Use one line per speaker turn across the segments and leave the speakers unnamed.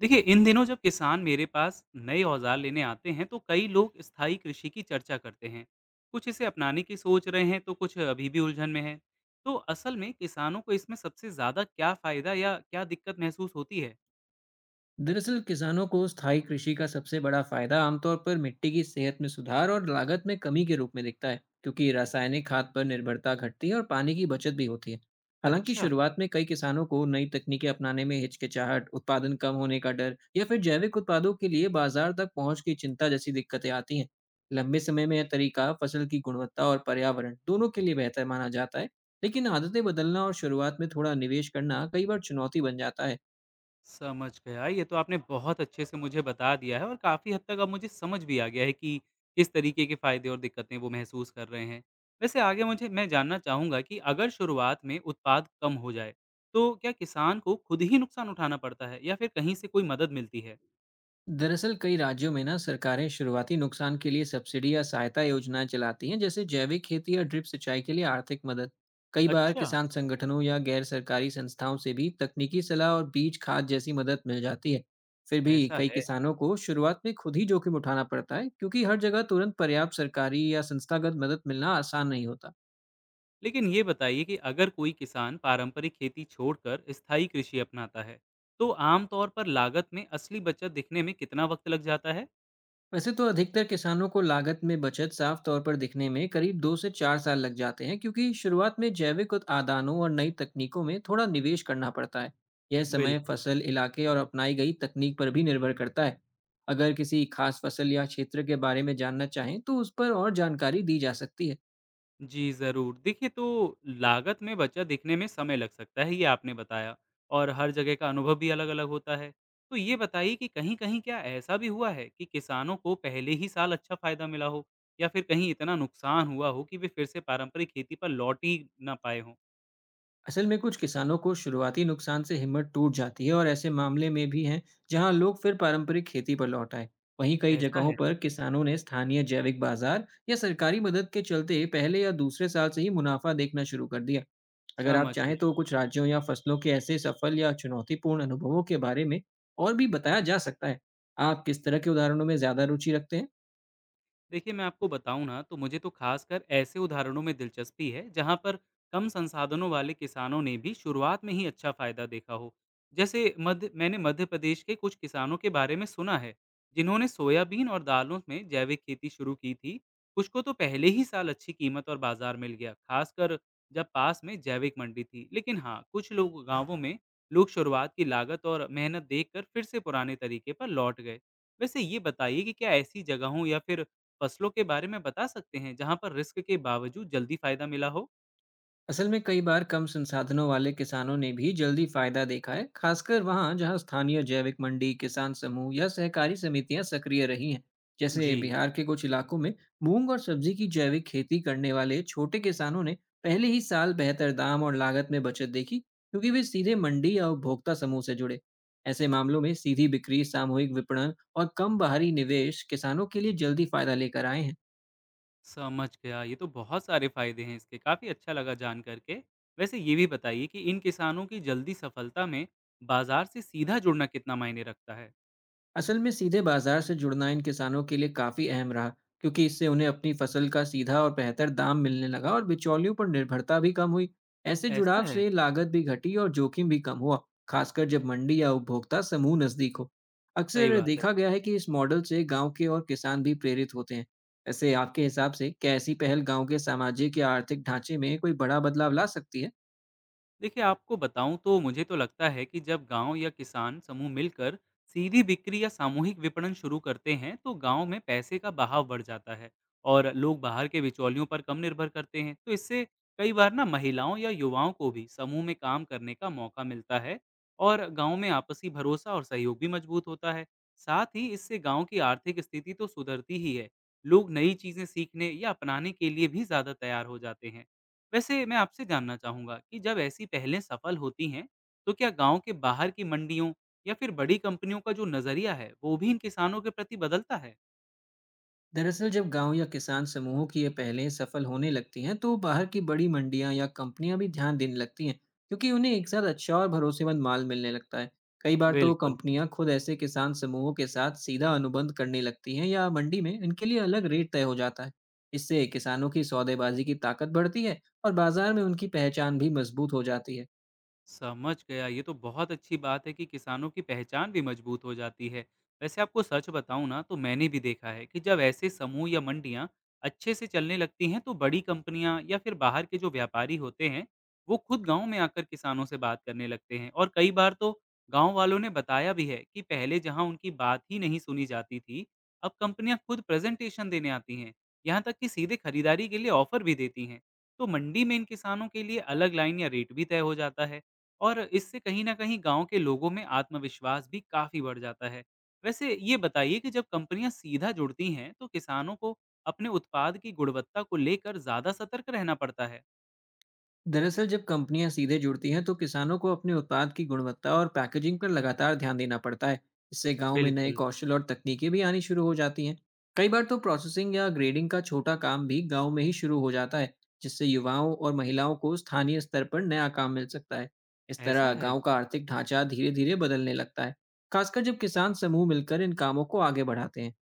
देखिए, इन दिनों जब किसान मेरे पास नए औजार लेने आते हैं तो कई लोग स्थायी कृषि की चर्चा करते हैं। कुछ इसे अपनाने की सोच रहे हैं तो कुछ अभी भी उलझन में है। तो असल में किसानों को इसमें सबसे ज्यादा क्या फायदा या क्या दिक्कत महसूस होती है?
दरअसल किसानों को स्थायी कृषि का सबसे बड़ा फायदा आमतौर पर मिट्टी की सेहत में सुधार और लागत में कमी के रूप में दिखता है, क्योंकि रासायनिक खाद पर निर्भरता घटती है और पानी की बचत भी होती है। हालांकि
अच्छा,
शुरुआत में कई किसानों को नई तकनीकें अपनाने में हिचकिचाहट, उत्पादन कम होने का डर या फिर जैविक उत्पादों के लिए बाजार तक पहुंच की चिंता जैसी दिक्कतें आती हैं। लंबे समय में यह तरीका फसल की गुणवत्ता और पर्यावरण दोनों के लिए बेहतर माना जाता है, लेकिन आदतें बदलना और शुरुआत में थोड़ा निवेश करना कई बार चुनौती बन जाता है।
समझ गया। ये तो आपने बहुत अच्छे से मुझे बता दिया है और काफ़ी हद तक अब मुझे समझ भी आ गया है कि किस तरीके के फ़ायदे और दिक्कतें वो महसूस कर रहे हैं। वैसे आगे मुझे मैं जानना चाहूँगा कि अगर शुरुआत में उत्पाद कम हो जाए, तो क्या किसान को खुद ही नुकसान उठाना पड़ता है या फिर कहीं से कोई मदद मिलती है?
दरअसल कई राज्यों में ना सरकारें शुरुआती नुकसान के लिए सब्सिडी या सहायता योजनाएं चलाती हैं, जैसे जैविक खेती या ड्रिप सिंचाई के लिए आर्थिक मदद। कई बार
अच्छा,
किसान संगठनों या गैर सरकारी संस्थाओं से भी तकनीकी सलाह और बीज खाद जैसी मदद मिल जाती है। फिर भी
ऐसा
कई
है।
किसानों को शुरुआत में खुद ही जोखिम उठाना पड़ता है, क्योंकि हर जगह तुरंत पर्याप्त सरकारी या संस्थागत मदद मिलना आसान नहीं होता।
लेकिन ये बताइए कि अगर कोई किसान पारंपरिक खेती छोड़कर स्थायी कृषि अपनाता है, तो आम तौर पर लागत में असली बचत दिखने में कितना वक़्त लग जाता है?
वैसे तो अधिकतर किसानों को लागत में बचत साफ तौर पर दिखने में करीब 2 से 4 साल लग जाते हैं, क्योंकि शुरुआत में जैविक आदानों और नई तकनीकों में थोड़ा निवेश करना पड़ता है। यह समय
बिल्कुल।
फसल, इलाके और अपनाई गई तकनीक पर भी निर्भर करता है। अगर किसी खास फसल या क्षेत्र के बारे में जानना चाहें, तो उस पर और जानकारी दी जा सकती है।
जी, ज़रूर। देखिए, तो लागत में बचा दिखने में समय लग सकता है, ये आपने बताया, और हर जगह का अनुभव भी अलग-अलग होता है। तो ये बताइए कि कहीं-कहीं क्या ऐसा भी हुआ है कि किसानों को पहले ही साल अच्छा फ़ायदा मिला हो, या फिर कहीं इतना नुकसान हुआ हो कि वे फिर से पारंपरिक खेती पर लौट ही ना पाए हों?
असल में कुछ किसानों को शुरुआती नुकसान से हिम्मत टूट जाती है और ऐसे मामले में भी हैं जहां लोग फिर पारंपरिक खेती पर लौट आए। वहीं कई
ऐसा
जगहों
है,
पर किसानों ने स्थानीय जैविक बाजार या सरकारी मदद के चलते पहले या दूसरे साल से ही मुनाफा देखना शुरू कर दिया। अगर आप
समझ
चाहें तो
गया।
कुछ राज्यों या फसलों के ऐसे सफल या चुनौतीपूर्ण अनुभवों के बारे में और भी बताया जा सकता है। आप किस तरह के उदाहरणों में ज्यादा रुचि रखते हैं?
देखिए, मैं आपको बताऊं ना, तो मुझे तो खासकर ऐसे उदाहरणों में दिलचस्पी है जहां पर कम संसाधनों वाले किसानों ने भी शुरुआत में ही अच्छा फायदा देखा हो। जैसे मध्य मैंने मध्य प्रदेश के कुछ किसानों के बारे में सुना है जिन्होंने सोयाबीन और दालों में जैविक खेती शुरू की थी। कुछ को तो पहले ही साल अच्छी कीमत और बाजार मिल गया, खासकर जब पास में जैविक मंडी थी। लेकिन हाँ, कुछ लोग गांवों में लोग शुरुआत की लागत और मेहनत देखकर फिर से पुराने तरीके पर लौट गए। वैसे ये बताइए कि क्या ऐसी जगहों या फिर फसलों के बारे में बता सकते हैं जहाँ पर रिस्क के बावजूद जल्दी फायदा मिला हो?
असल में कई बार कम संसाधनों वाले किसानों ने भी जल्दी फायदा देखा है, खासकर वहां जहां स्थानीय जैविक मंडी, किसान समूह या सहकारी समितियां सक्रिय रही हैं। जैसे
जी,
बिहार के कुछ इलाकों में मूंग और सब्जी की जैविक खेती करने वाले छोटे किसानों ने पहले ही साल बेहतर दाम और लागत में बचत देखी, क्योंकि वे सीधे मंडी या उपभोक्ता समूह से जुड़े। ऐसे मामलों में सीधी बिक्री, सामूहिक विपणन और कम बाहरी निवेश किसानों के लिए जल्दी फायदा लेकर आए हैं।
समझ गया। ये तो बहुत सारे फायदे हैं इसके, काफी अच्छा लगा जान करके। वैसे ये भी बताइए कि इन किसानों की जल्दी सफलता में बाजार से सीधा जुड़ना कितना मायने रखता है।
असल में सीधे बाजार से जुड़ना इन किसानों के लिए काफी अहम रहा, क्योंकि इससे उन्हें अपनी फसल का सीधा और बेहतर दाम मिलने लगा और बिचौलियों पर निर्भरता भी कम हुई। ऐसे
ऐसा
जुड़ाव
है।
से लागत भी घटी और जोखिम भी कम हुआ, खासकर जब मंडी या उपभोक्ता समूह नजदीक हो।
सही
अक्सर
बात है।
देखा गया है कि इस मॉडल से गांव के और किसान भी प्रेरित होते हैं। ऐसे आपके हिसाब से क्या ऐसी पहल गांव के सामाजिक या आर्थिक ढांचे में कोई बड़ा बदलाव ला सकती है?
देखिए, आपको बताऊं तो मुझे तो लगता है कि जब गांव या किसान समूह मिलकर सीधी बिक्री या सामूहिक विपणन शुरू करते हैं तो गांव में पैसे का बहाव बढ़ जाता है, और लोग बाहर के बिचौलियों पर कम निर्भर करते हैं। तो इससे कई बार ना महिलाओं या युवाओं को भी समूह में काम करने का मौका मिलता है, और गांव में आपसी भरोसा और सहयोग भी मजबूत होता है। साथ ही इससे गांव की आर्थिक स्थिति तो सुधरती ही है, लोग नई चीजें सीखने या अपनाने के लिए भी ज्यादा तैयार हो जाते हैं। वैसे मैं आपसे जानना चाहूँगा कि जब ऐसी पहलें सफल होती हैं, तो क्या गाँव के बाहर की मंडियों या फिर बड़ी कंपनियों का जो नज़रिया है, वो भी इन किसानों के प्रति बदलता है?
दरअसल जब गांव या किसान समूहों की ये पहलें सफल होने लगती हैं, तो बाहर की बड़ी मंडियां या कंपनियां भी ध्यान देने लगती हैं, क्योंकि उन्हें एक साथ अच्छा और भरोसेमंद माल मिलने लगता है। कई बार तो
बिल्कुल,
कंपनियां खुद ऐसे किसान समूहों के साथ सीधा अनुबंध करने लगती हैं या मंडी में इनके लिए अलग रेट तय हो जाता है। इससे किसानों की सौदेबाजी की ताकत बढ़ती है और बाजार में उनकी पहचान भी मजबूत हो जाती है।
समझ गया। ये तो बहुत अच्छी बात है कि किसानों की पहचान भी मजबूत हो जाती है। वैसे आपको सच बताऊँ ना, तो मैंने भी देखा है कि जब ऐसे समूह या मंडियाँ अच्छे से चलने लगती हैं तो बड़ी कंपनियाँ या फिर बाहर के जो व्यापारी होते हैं, वो खुद गांव में आकर किसानों से बात करने लगते हैं। और कई बार तो गांव वालों ने बताया भी है कि पहले जहां उनकी बात ही नहीं सुनी जाती थी, अब कंपनियां खुद प्रेजेंटेशन देने आती हैं, यहाँ तक कि सीधे खरीदारी के लिए ऑफर भी देती हैं। तो मंडी में इन किसानों के लिए अलग लाइन या रेट भी तय हो जाता है, और इससे कहीं न कहीं गाँव के लोगों में आत्मविश्वास भी काफ़ी बढ़ जाता है। वैसे ये बताइए कि जब कंपनियाँ सीधा जुड़ती हैं, तो किसानों को अपने उत्पाद की गुणवत्ता को लेकर ज़्यादा सतर्क रहना पड़ता है?
दरअसल जब कंपनियां सीधे जुड़ती हैं, तो किसानों को अपने उत्पाद की गुणवत्ता और पैकेजिंग पर लगातार ध्यान देना पड़ता है। इससे गांव में नए
बिल्कुल।
कौशल और तकनीकें भी आनी शुरू हो जाती हैं। कई बार तो प्रोसेसिंग या ग्रेडिंग का छोटा काम भी गांव में ही शुरू हो जाता है, जिससे युवाओं और महिलाओं को स्थानीय स्तर पर नया काम मिल सकता है। इस
ऐसा
तरह
है।
गांव का आर्थिक ढांचा धीरे धीरे बदलने लगता है, खासकर जब किसान समूह मिलकर इन कामों को आगे बढ़ाते हैं।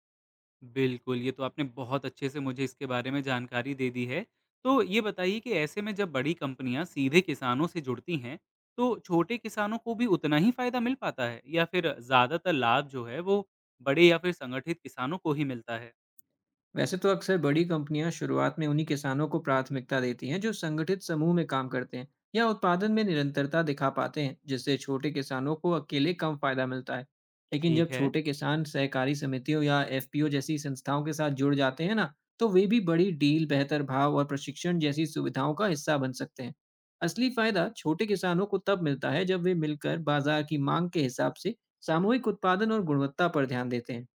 बिल्कुल, ये तो आपने बहुत अच्छे से मुझे इसके बारे में जानकारी दे दी है। तो ये बताइए कि ऐसे में जब बड़ी कंपनियाँ सीधे किसानों से जुड़ती हैं, तो छोटे किसानों को भी उतना ही फ़ायदा मिल पाता है, या फिर ज़्यादातर लाभ जो है वो बड़े या फिर संगठित किसानों को ही मिलता है?
वैसे तो अक्सर बड़ी कंपनियां शुरुआत में उन्हीं किसानों को प्राथमिकता देती हैं जो संगठित समूह में काम करते हैं या उत्पादन में निरंतरता दिखा पाते हैं, जिससे छोटे किसानों को अकेले कम फायदा मिलता है। लेकिन जब
ठीक है।
छोटे किसान सहकारी समितियों या एफपीओ जैसी संस्थाओं के साथ जुड़ जाते हैं ना, तो वे भी बड़ी डील, बेहतर भाव और प्रशिक्षण जैसी सुविधाओं का हिस्सा बन सकते हैं। असली फायदा छोटे किसानों को तब मिलता है जब वे मिलकर बाजार की मांग के हिसाब से सामूहिक उत्पादन और गुणवत्ता पर ध्यान देते हैं।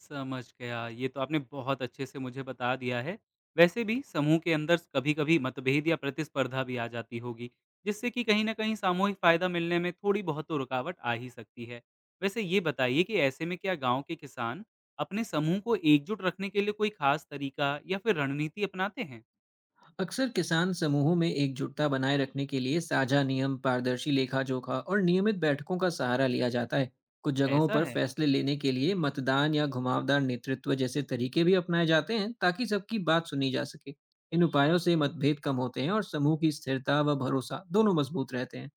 समझ गया। ये तो आपने बहुत अच्छे से मुझे बता दिया है। वैसे भी समूह के अंदर कभी-कभी मतभेद या प्रतिस्पर्धा भी आ जाती होगी, जिससे कि कहीं न कहीं सामूहिक फ़ायदा मिलने में थोड़ी बहुत तो रुकावट आ ही सकती है। वैसे ये बताइए कि ऐसे में क्या गाँव के किसान अपने समूह को एकजुट रखने के लिए कोई ख़ास तरीका या फिर रणनीति अपनाते हैं?
अक्सर किसान समूहों में एकजुटता बनाए रखने के लिए साझा नियम, पारदर्शी लेखा जोखा और नियमित बैठकों का सहारा लिया जाता है। कुछ जगहों
ऐसा
पर
है?
फैसले लेने के लिए मतदान या घुमावदार नेतृत्व जैसे तरीके भी अपनाए जाते हैं, ताकि सबकी बात सुनी जा सके। इन उपायों से मतभेद कम होते हैं और समूह की स्थिरता व भरोसा दोनों मजबूत रहते हैं।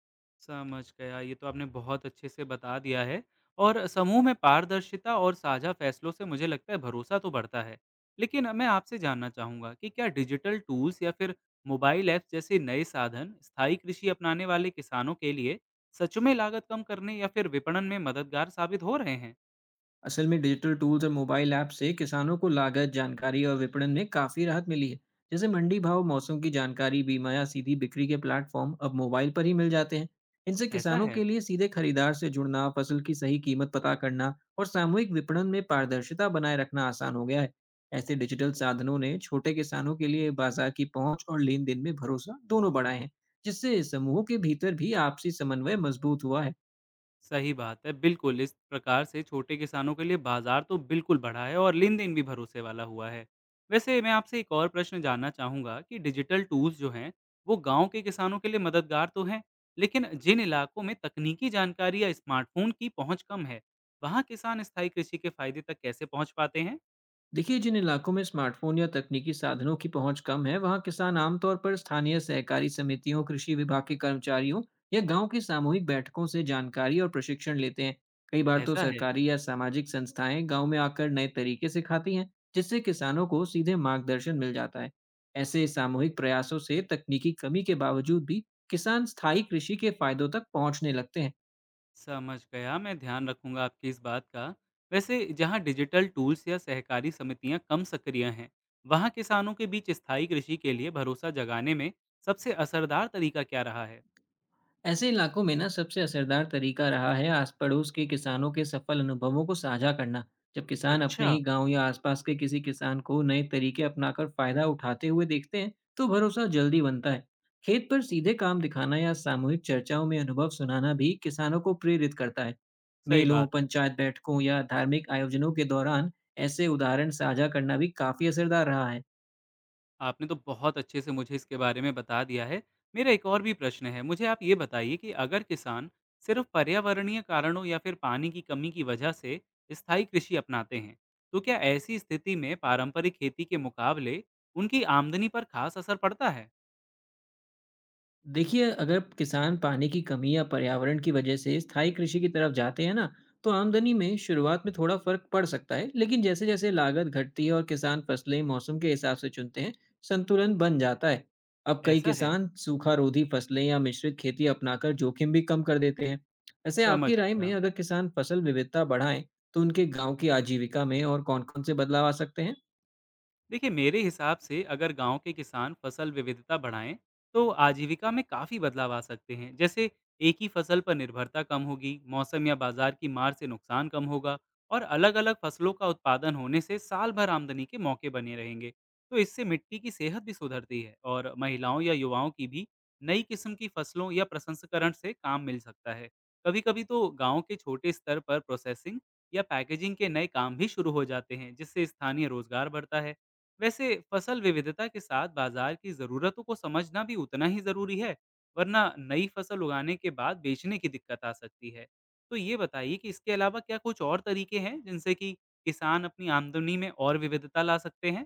समझ गया। ये तो आपने बहुत अच्छे से बता दिया है, और समूह में पारदर्शिता और साझा फैसलों से मुझे लगता है भरोसा तो बढ़ता है। लेकिन मैं आपसे जानना चाहूँगा कि क्या डिजिटल टूल्स या फिर मोबाइल ऐप्स जैसे नए साधन स्थायी कृषि अपनाने वाले किसानों के लिए सच में लागत कम करने या फिर विपणन में मददगार साबित हो रहे हैं?
असल में डिजिटल टूल्स और मोबाइल ऐप से किसानों को लागत, जानकारी और विपणन में काफी राहत मिली है। जैसे मंडी भाव, मौसम की जानकारी, बीमा या सीधी बिक्री के प्लेटफॉर्म अब मोबाइल पर ही मिल जाते हैं। इनसे
ऐसा
किसानों
है?
के लिए सीधे खरीदार से जुड़ना, फसल की सही कीमत पता करना और सामूहिक विपणन में पारदर्शिता बनाए रखना आसान हो गया है। ऐसे डिजिटल साधनों ने छोटे किसानों के लिए बाजार की पहुंच और लेन देन में भरोसा दोनों बढ़ाए हैं, जिससे समूहों के भीतर भी आपसी समन्वय मजबूत हुआ है।
सही बात है, बिल्कुल, इस प्रकार से छोटे किसानों के लिए बाज़ार तो बिल्कुल बढ़ा है और लेन-देन भी भरोसे वाला हुआ है। वैसे मैं आपसे एक और प्रश्न जानना चाहूँगा कि डिजिटल टूल्स जो हैं, वो गाँव के किसानों के लिए मददगार तो हैं, लेकिन जिन इलाकों में तकनीकी जानकारी या स्मार्टफ़ोन की पहुँच कम है, वहाँ किसान स्थायी कृषि के फ़ायदे तक कैसे पहुँच पाते हैं?
देखिए, जिन इलाकों में स्मार्टफोन या तकनीकी साधनों की पहुंच कम है, वहां किसान आमतौर पर स्थानीय सहकारी समितियों, कृषि विभाग के कर्मचारियों या गांव की सामूहिक बैठकों से जानकारी और प्रशिक्षण लेते हैं। कई बार तो
ऐसा है।
सरकारी या सामाजिक संस्थाएं गांव में आकर नए तरीके सिखाती हैं, जिससे किसानों को सीधे मार्गदर्शन मिल जाता है। ऐसे सामूहिक प्रयासों से तकनीकी कमी के बावजूद भी किसान स्थायी कृषि के फायदों तक पहुंचने लगते हैं।
समझ गया, मैं ध्यान रखूंगा आपकी इस बात का। वैसे जहां डिजिटल टूल्स या सहकारी समितियां कम सक्रिय हैं, वहां किसानों के बीच स्थायी कृषि के लिए भरोसा जगाने में सबसे असरदार तरीका क्या रहा है?
ऐसे इलाकों में ना सबसे असरदार तरीका रहा है आस पड़ोस के किसानों के सफल अनुभवों को साझा करना। जब किसान अपने
अच्छा,
ही गांव या आसपास के किसी किसान को नए तरीके अपनाकर फायदा उठाते हुए देखते हैं, तो भरोसा जल्दी बनता है। खेत पर सीधे काम दिखाना या सामूहिक चर्चाओं में अनुभव सुनाना भी किसानों को प्रेरित करता है।
सही
मेलों,
बात।
पंचायत बैठकों या धार्मिक आयोजनों के दौरान ऐसे उदाहरण साझा करना भी काफी असरदार रहा है।
आपने तो बहुत अच्छे से मुझे इसके बारे में बता दिया है। मेरा एक और भी प्रश्न है, मुझे आप ये बताइए कि अगर किसान सिर्फ़ पर्यावरणीय कारणों या फिर पानी की कमी की वजह से स्थायी कृषि अपनाते हैं, तो क्या ऐसी स्थिति में पारंपरिक खेती के मुकाबले उनकी आमदनी पर ख़ास असर पड़ता है?
देखिए, अगर किसान पानी की कमी या पर्यावरण की वजह से स्थायी कृषि की तरफ जाते हैं ना, तो आमदनी में शुरुआत में थोड़ा फर्क पड़ सकता है, लेकिन जैसे-जैसे लागत घटती है और किसान फसलें मौसम के हिसाब से चुनते हैं, संतुलन बन जाता है। अब कई
ऐसा है,
किसान सूखा रोधी फसलें या मिश्रित खेती अपनाकर जोखिम भी कम कर देते हैं। वैसे
समझ
आपकी राय
गया।
में अगर किसान फसल विविधता बढ़ाएं, तो उनके गांव की आजीविका में और कौन-कौन से बदलाव आ सकते हैं?
देखिए, मेरे हिसाब से अगर गांव के किसान फसल विविधता बढ़ाएं तो आजीविका में काफी बदलाव आ सकते हैं। जैसे एक ही फसल पर निर्भरता कम होगी, मौसम या बाजार की मार से नुकसान कम होगा, और अलग अलग फसलों का उत्पादन होने से साल भर आमदनी के मौके बने रहेंगे। तो इससे मिट्टी की सेहत भी सुधरती है, और महिलाओं या युवाओं की भी नई किस्म की फसलों या प्रसंस्करण से काम मिल सकता है। कभी कभी तो गांव के छोटे स्तर पर प्रोसेसिंग या पैकेजिंग के नए काम भी शुरू हो जाते हैं, जिससे स्थानीय रोजगार बढ़ता है। वैसे फसल विविधता के साथ बाजार की जरूरतों को समझना भी उतना ही जरूरी है, वरना नई फसल उगाने के बाद बेचने की दिक्कत आ सकती है। तो ये बताइए कि इसके अलावा क्या कुछ और तरीके हैं जिनसे कि किसान अपनी आमदनी में और विविधता ला सकते हैं?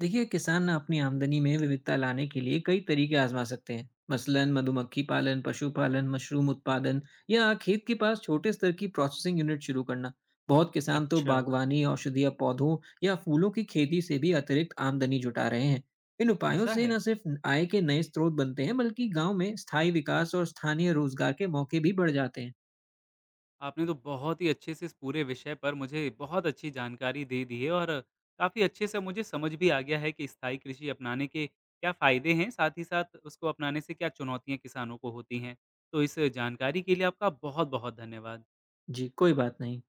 देखिए, किसान ना अपनी आमदनी में विविधता लाने के लिए कई तरीके आजमा सकते हैं, मसलन मधुमक्खी पालन, पशुपालन, मशरूम उत्पादन या खेत के पास छोटे स्तर की प्रोसेसिंग यूनिट शुरू करना। बहुत किसान तो
अच्छा।
बागवानी, औषधीय पौधों या फूलों की खेती से भी अतिरिक्त आमदनी जुटा रहे हैं। इन उपायों
ऐसा
से
है।
न सिर्फ आय के नए स्रोत बनते हैं, बल्कि गांव में स्थायी विकास और स्थानीय रोजगार के मौके भी बढ़ जाते हैं।
आपने तो बहुत ही अच्छे से इस पूरे विषय पर मुझे बहुत अच्छी जानकारी दे दी है, और काफ़ी अच्छे से मुझे समझ भी आ गया है कि स्थायी कृषि अपनाने के क्या फ़ायदे हैं, साथ ही साथ उसको अपनाने से क्या चुनौतियाँ किसानों को होती हैं। तो इस जानकारी के लिए आपका बहुत-बहुत धन्यवाद।
जी, कोई बात नहीं।